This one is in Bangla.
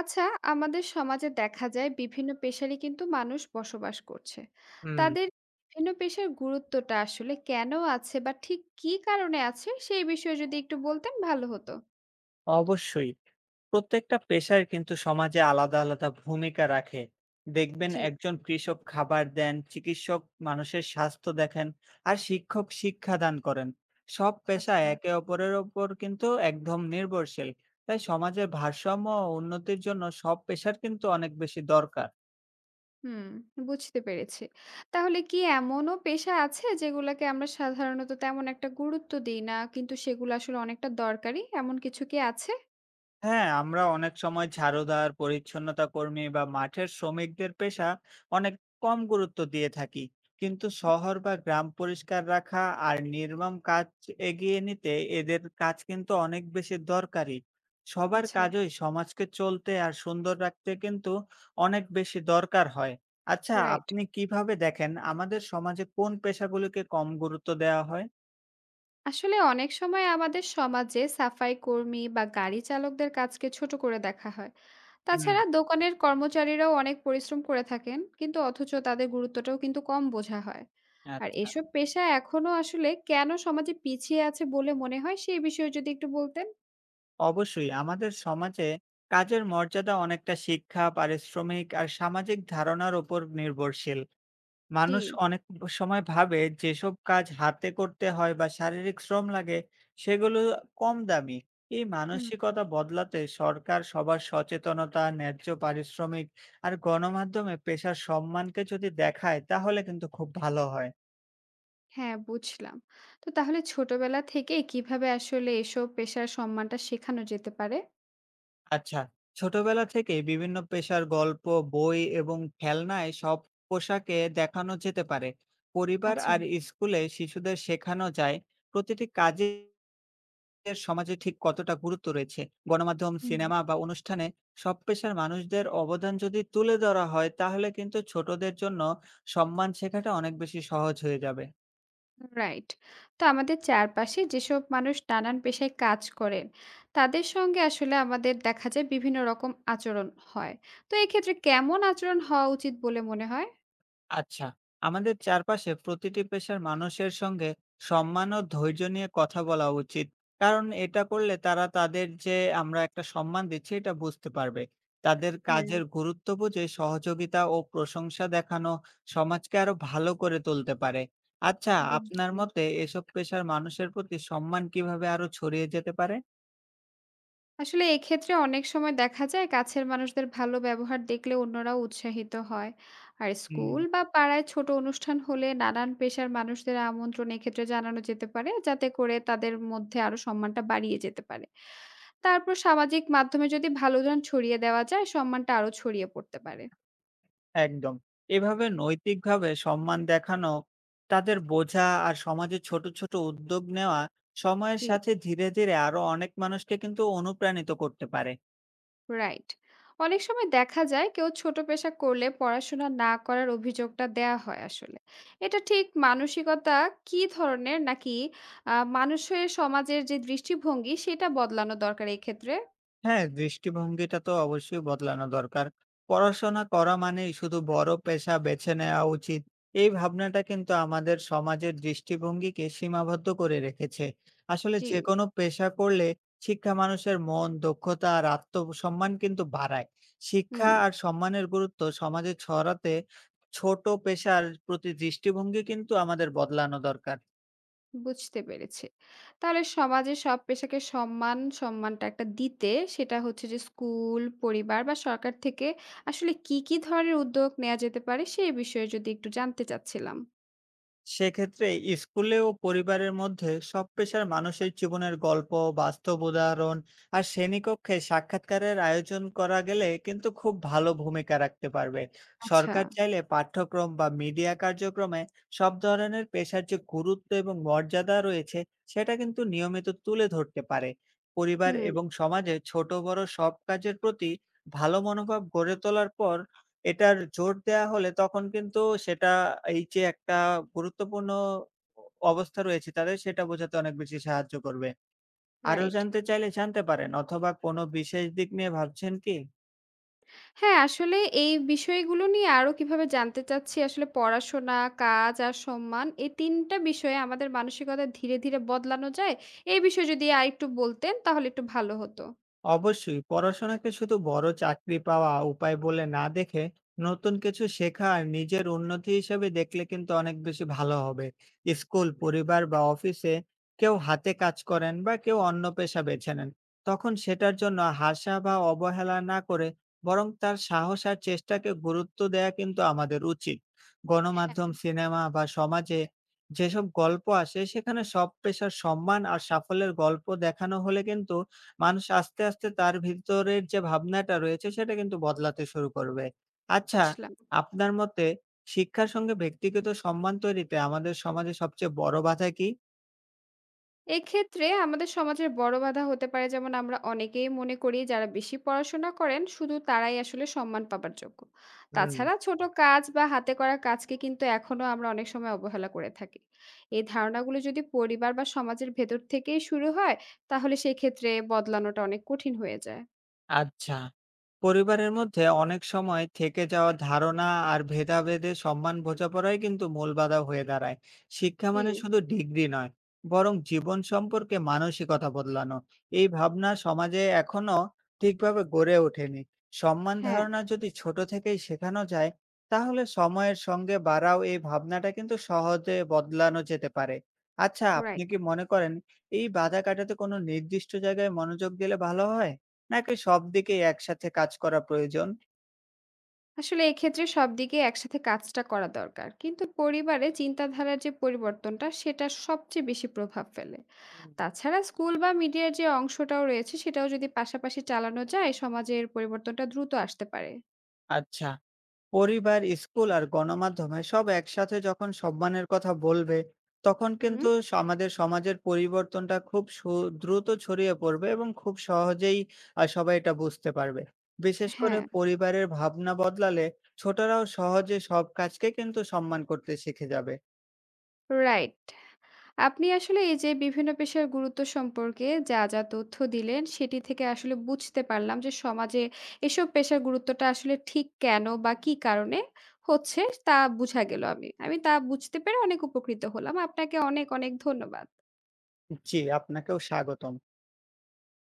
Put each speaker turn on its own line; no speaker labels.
আচ্ছা, আমাদের সমাজে দেখা যায় বিভিন্ন পেশারই কিন্তু মানুষ বসবাস করছে।
হুম।
তাদের বিভিন্ন পেশার গুরুত্বটা আসলে কেন আছে বা ঠিক কি কারণে আছে সেই বিষয়ে যদি একটু বলতেন ভালো হতো।
অবশ্যই, প্রত্যেকটা পেশার কিন্তু সমাজে আলাদা আলাদা ভূমিকা রাখে। দেখবেন
জি।
একজন কৃষক খাবার দেন, চিকিৎসক মানুষের স্বাস্থ্য দেখেন, আর শিক্ষক শিক্ষাদান করেন। সব পেশা
আচ্ছা।
একে অপরের ওপর কিন্তু একদম নির্ভরশীল। তাই সমাজের ভারসাম্য ও উন্নতির জন্য সব পেশার কিন্তু অনেক বেশি দরকার।
হুম, বুঝতে পেরেছি। তাহলে কি এমনও পেশা আছে যেগুলোকে আমরা সাধারণত তেমন একটা গুরুত্ব দিই না, কিন্তু সেগুলো আসলে অনেকটা দরকারি, এমন কিছু কি আছে?
হ্যাঁ, আমরা অনেক সময় ঝাড়ুদার, পরিচ্ছন্নতা কর্মী বা মাঠের শ্রমিকদের পেশা অনেক কম গুরুত্ব দিয়ে থাকি। কিন্তু
হুম।
শহর বা গ্রাম পরিষ্কার রাখা আর নির্মম কাজ এগিয়ে নিতে এদের কাজ কিন্তু অনেক বেশি দরকারি। সবার
আচ্ছা।
কাজই সমাজকে চলতে আর সুন্দর রাখতে কিন্তু অনেক বেশি দরকার হয়। আচ্ছা,
রাইট।
আপনি কিভাবে দেখেন আমাদের সমাজে কোন পেশাগুলোকে কম গুরুত্ব দেওয়া হয়?
আসলে অনেক সময় আমাদের সমাজে সাফাই কর্মী বা গাড়ি চালকদের কাজকে ছোট করে দেখা হয়।
হুম,
তাছাড়া দোকানের কর্মচারীরাও অনেক পরিশ্রম করে থাকেন কিন্তু অথচ তাদের গুরুত্বটাও কিন্তু কম বোঝা হয়। আর
আচ্ছা।
এসব পেশা এখনো আসলে কেন সমাজে পিছিয়ে আছে বলে মনে হয়, সেই বিষয়ে যদি একটু বলতেন।
অবশ্যই আমাদের সমাজে কাজের মর্যাদা অনেকটা শিক্ষা, পারিশ্রমিক আর সামাজিক ধারণার উপর নির্ভরশীল।
জি।
মানুষ অনেক সময় ভাবে যেসব কাজ হাতে করতে হয় বা শারীরিক শ্রম লাগে সেগুলো কম দামি। এই
হুম।
মানসিকতা বদলাতে সরকার সবার সচেতনতা, ন্যায্য পারিশ্রমিক আর গণমাধ্যমে পেশার সম্মানকে যদি দেখায় তাহলে কিন্তু খুব ভালো হয়।
হ্যাঁ, বুঝলাম। তো তাহলে ছোটবেলা থেকে কিভাবে আসলে এসব পেশার সম্মানটা শেখানো যেতে পারে?
আচ্ছা, ছোটবেলা থেকে বিভিন্ন পেশার গল্প, বই এবং খেলনায় সব পোশাকে দেখানো যেতে পারে। পরিবার
আচ্ছা।
আর স্কুলে শিশুদের শেখানো যায় প্রতিটি কাজের সমাজে ঠিক কতটা গুরুত্ব রয়েছে। গণমাধ্যম,
হুম।
সিনেমা বা অনুষ্ঠানে সব পেশার মানুষদের অবদান যদি তুলে ধরা হয় তাহলে কিন্তু ছোটদের জন্য সম্মান শেখাটা অনেক বেশি সহজ হয়ে যাবে।
রাইট। তো আমাদের চারপাশে যেসব মানুষ নানান পেশায় কাজ করেন, তাদের সঙ্গে আসলে আমাদের দেখা যায় বিভিন্ন রকম আচরণ হয়। তো এক্ষেত্রে কেমন আচরণ হওয়া উচিত বলে মনে হয়?
আচ্ছা, আমাদের চারপাশে প্রতিটি পেশার মানুষের সঙ্গে সম্মান ও ধৈর্য নিয়ে কথা বলা উচিত। কারণ এটা করলে তারা তাদের যে আমরা একটা সম্মান দিচ্ছি এটা বুঝতে পারবে। তাদের
হ্যাঁ,
কাজের গুরুত্ব বুঝে সহযোগিতা ও প্রশংসা দেখানো সমাজকে আরো ভালো করে তুলতে পারে। আচ্ছা, আপনার
বুঝলাম।
মতে এসব পেশার মানুষের প্রতি সম্মান কিভাবে আরো ছড়িয়ে যেতে পারে?
আসলে এক্ষেত্রে অনেক সময় দেখা যায় কাছের মানুষদের ভালো ব্যবহার দেখলে অন্যরাও উৎসাহিত হয়। আর
হুম,
স্কুল বা পাড়ায় ছোট অনুষ্ঠান হলে নানান পেশার মানুষদের আমন্ত্রণ এক্ষেত্রে জানানো যেতে পারে, যাতে করে তাদের মধ্যে আরো সম্মানটা বাড়িয়ে যেতে পারে। তারপর সামাজিক মাধ্যমে যদি ভালো গান ছড়িয়ে দেওয়া যায়, সম্মানটা আরো ছড়িয়ে পড়তে পারে।
একদম। এভাবে নৈতিকভাবে সম্মান দেখানো, তাদের বোঝা আর সমাজে ছোট, ছোট উদ্যোগ নেওয়া সময়ের
জি।
সাথে ধীরে, ধীরে আরো অনেক মানুষকে কিন্তু অনুপ্রাণিত করতে পারে।
রাইট। অনেক সময় দেখা যায় কেউ ছোট পেশা করলে পড়াশোনা না করার অভিযোগটা দেয়া হয় আসলে। এটা ঠিক মানসিকতা কি ধরনের নাকি মানুষের সমাজের যে দৃষ্টিভঙ্গি সেটা বদলানো দরকার এক্ষেত্রে?
হ্যাঁ, দৃষ্টিভঙ্গিটা তো অবশ্যই বদলানো দরকার। পড়াশোনা করা মানেই শুধু বড় পেশা বেছে নেওয়া উচিত, এই ভাবনাটা কিন্তু আমাদের সমাজের দৃষ্টিভঙ্গিকে সীমাবদ্ধ করে রেখেছে। আসলে
জি।
যেকোনো পেশা করলে শিক্ষা মানুষের মন, দক্ষতা আর আত্মসম্মান কিন্তু বাড়ায়। শিক্ষা
হুম।
আর সম্মানের গুরুত্ব সমাজে ছড়াতে ছোট পেশার প্রতি দৃষ্টিভঙ্গি কিন্তু আমাদের বদলানো দরকার।
বুঝতে পেরেছি। তাহলে সমাজে সব পেশাকে সম্মানটা একটা দিতে, সেটা হচ্ছে যে স্কুল, পরিবার বা সরকার থেকে আসলে কি, কি ধরনের উদ্যোগ নেয়া যেতে পারে সেই বিষয়ে যদি একটু জানতে চাচ্ছিলাম।
সেক্ষেত্রে স্কুলে ও পরিবারের মধ্যে সব পেশার মানুষের জীবনের গল্প, বাস্তব উদাহরণ আর শ্রেণীকক্ষে সাক্ষাৎকারের আয়োজন করা গেলে কিন্তু খুব ভালো ভূমিকা রাখতে পারবে।
আচ্ছা।
সরকার চাইলে পাঠ্যক্রম বা মিডিয়া কার্যক্রমে সব ধরনের পেশার যে গুরুত্ব এবং মর্যাদা রয়েছে সেটা কিন্তু নিয়মিত তুলে ধরতে পারে। পরিবার
হুম,
এবং সমাজে ছোট বড় সব কাজের প্রতি ভালো মনোভাব গড়ে তোলার পর এটার জোর দেয়া হলে তখন কিন্তু সেটা এই যে একটা গুরুত্বপূর্ণ অ অবস্থা রয়েছে তাদের সেটা বোঝাতে অনেক বেশি সাহায্য করবে। আরো
রাইট।
জানতে চাইলে জানতে পারেন, অথবা কোনো বিশেষ দিক নিয়ে ভাবছেন কি?
হ্যাঁ, আসলে এই বিষয়গুলো নিয়ে আরো কিভাবে জানতে চাচ্ছি আসলে পড়াশোনা, কাজ আর সম্মান এই ৩ টা বিষয়ে আমাদের মানসিকতা ধীরে, ধীরে বদলানো যায়। এই বিষয়ে যদি আরেকটু বলতেন তাহলে একটু ভালো হতো।
অবশ্যই পড়াশোনাকে শুধু বড় চাকরি পাওয়া উপায় বলে না দেখে নতুন কিছু শেখা আর নিজের উন্নতি হিসেবে দেখলে কিন্তু অনেক বেশি ভালো হবে। স্কুল, পরিবার বা অফিসে কেউ হাতে কাজ করেন বা কেউ অন্য পেশা বেছে নেন, তখন সেটার জন্য হাসা বা অবহেলা না করে বরং তার সাহস আর চেষ্টাকে গুরুত্ব দেয়া কিন্তু আমাদের উচিত।
হ্যাঁ,
গণমাধ্যম, সিনেমা বা সমাজে যেসব গল্প আসে সেখানে সব পেশার সম্মান আর সাফল্যের গল্প দেখানো হলে কিন্তু মানুষ আস্তে, আস্তে তার ভিতরের যে ভাবনাটা রয়েছে সেটা কিন্তু বদলাতে শুরু করবে। আচ্ছা,
বুঝলাম।
আপনার মতে শিক্ষার সঙ্গে ব্যক্তিগত সম্মান তৈরিতে আমাদের সমাজে সবচেয়ে বড় বাধা কি?
এক্ষেত্রে আমাদের সমাজের বড় বাধা হতে পারে, যেমন আমরা অনেকেই মনে করি যারা বেশি পড়াশোনা করেন শুধু তারাই আসলে সম্মান পাবার যোগ্য।
হুম।
তাছাড়া ছোট কাজ বা হাতে করা কাজকে কিন্তু এখনো আমরা অনেক সময় অবহেলা করে থাকি। এই ধারণাগুলো যদি পরিবার বা সমাজের ভেতর থেকেই শুরু হয়, তাহলে সেই ক্ষেত্রে বদলানোটা অনেক কঠিন হয়ে যায়।
আচ্ছা। পরিবারের মধ্যে অনেক সময় থেকে যাওয়া ধারণা আর ভেদাভেদে সম্মান বোঝাপড়াই কিন্তু মূল বাধা হয়ে দাঁড়ায়। শিক্ষা
জি।
মানে শুধু ডিগ্রি নয়, বরং জীবন সম্পর্কে মানসিকতা বদলানো। এই ভাবনা সমাজে এখনো ঠিকভাবে গড়ে ওঠেনি। সম্মান
হ্যাঁ।
ধারণা যদি ছোট থেকেই শেখানো যায়, তাহলে সময়ের সঙ্গে বাড়াও এই ভাবনাটা কিন্তু সহজে বদলানো যেতে পারে। আচ্ছা, আপনি
রাইট।
কি মনে করেন এই বাধা কাটাতে কোনো নির্দিষ্ট জায়গায় মনোযোগ দিলে ভালো হয়? নাকি সব দিকেই একসাথে কাজ করা প্রয়োজন?
আসলে এক্ষেত্রে সব দিকে একসাথে কাজটা করা দরকার, কিন্তু পরিবারে চিন্তাধারার যে পরিবর্তনটা সেটা সবচেয়ে বেশি প্রভাব ফেলে।
হুম,
তাছাড়া স্কুল বা মিডিয়ার যে অংশটাও রয়েছে সেটাও যদি পাশাপাশি চালানো যায়, সমাজে এর পরিবর্তনটা দ্রুত আসতে পারে।
আচ্ছা, পরিবার, স্কুল আর গণমাধ্যমে সব একসাথে যখন সম্মানের কথা বলবে, তখন
হুম।
কিন্তু আমাদের সমাজের পরিবর্তনটা খুব দ্রুত ছড়িয়ে পড়বে এবং খুব সহজেই সবাই এটা বুঝতে পারবে। বিশেষ করে
হ্যাঁ,
পরিবারের ভাবনা বদলালে ছোটরাও সহজে সব কাজকে কিন্তু সম্মান করতে শিখে যাবে।
রাইট। আপনি আসলে এই যে বিভিন্ন পেশার গুরুত্ব সম্পর্কে যা, যা তথ্য দিলেন সেটি থেকে আসলে বুঝতে পারলাম যে সমাজে এসব পেশার গুরুত্বটা আসলে ঠিক কেন বা কি কারণে হচ্ছে তা বুঝা গেল আমি। আমি তা বুঝতে পেরে অনেক উপকৃত হলাম। আপনাকে অনেক, অনেক ধন্যবাদ।
জি, আপনাকেও স্বাগতম।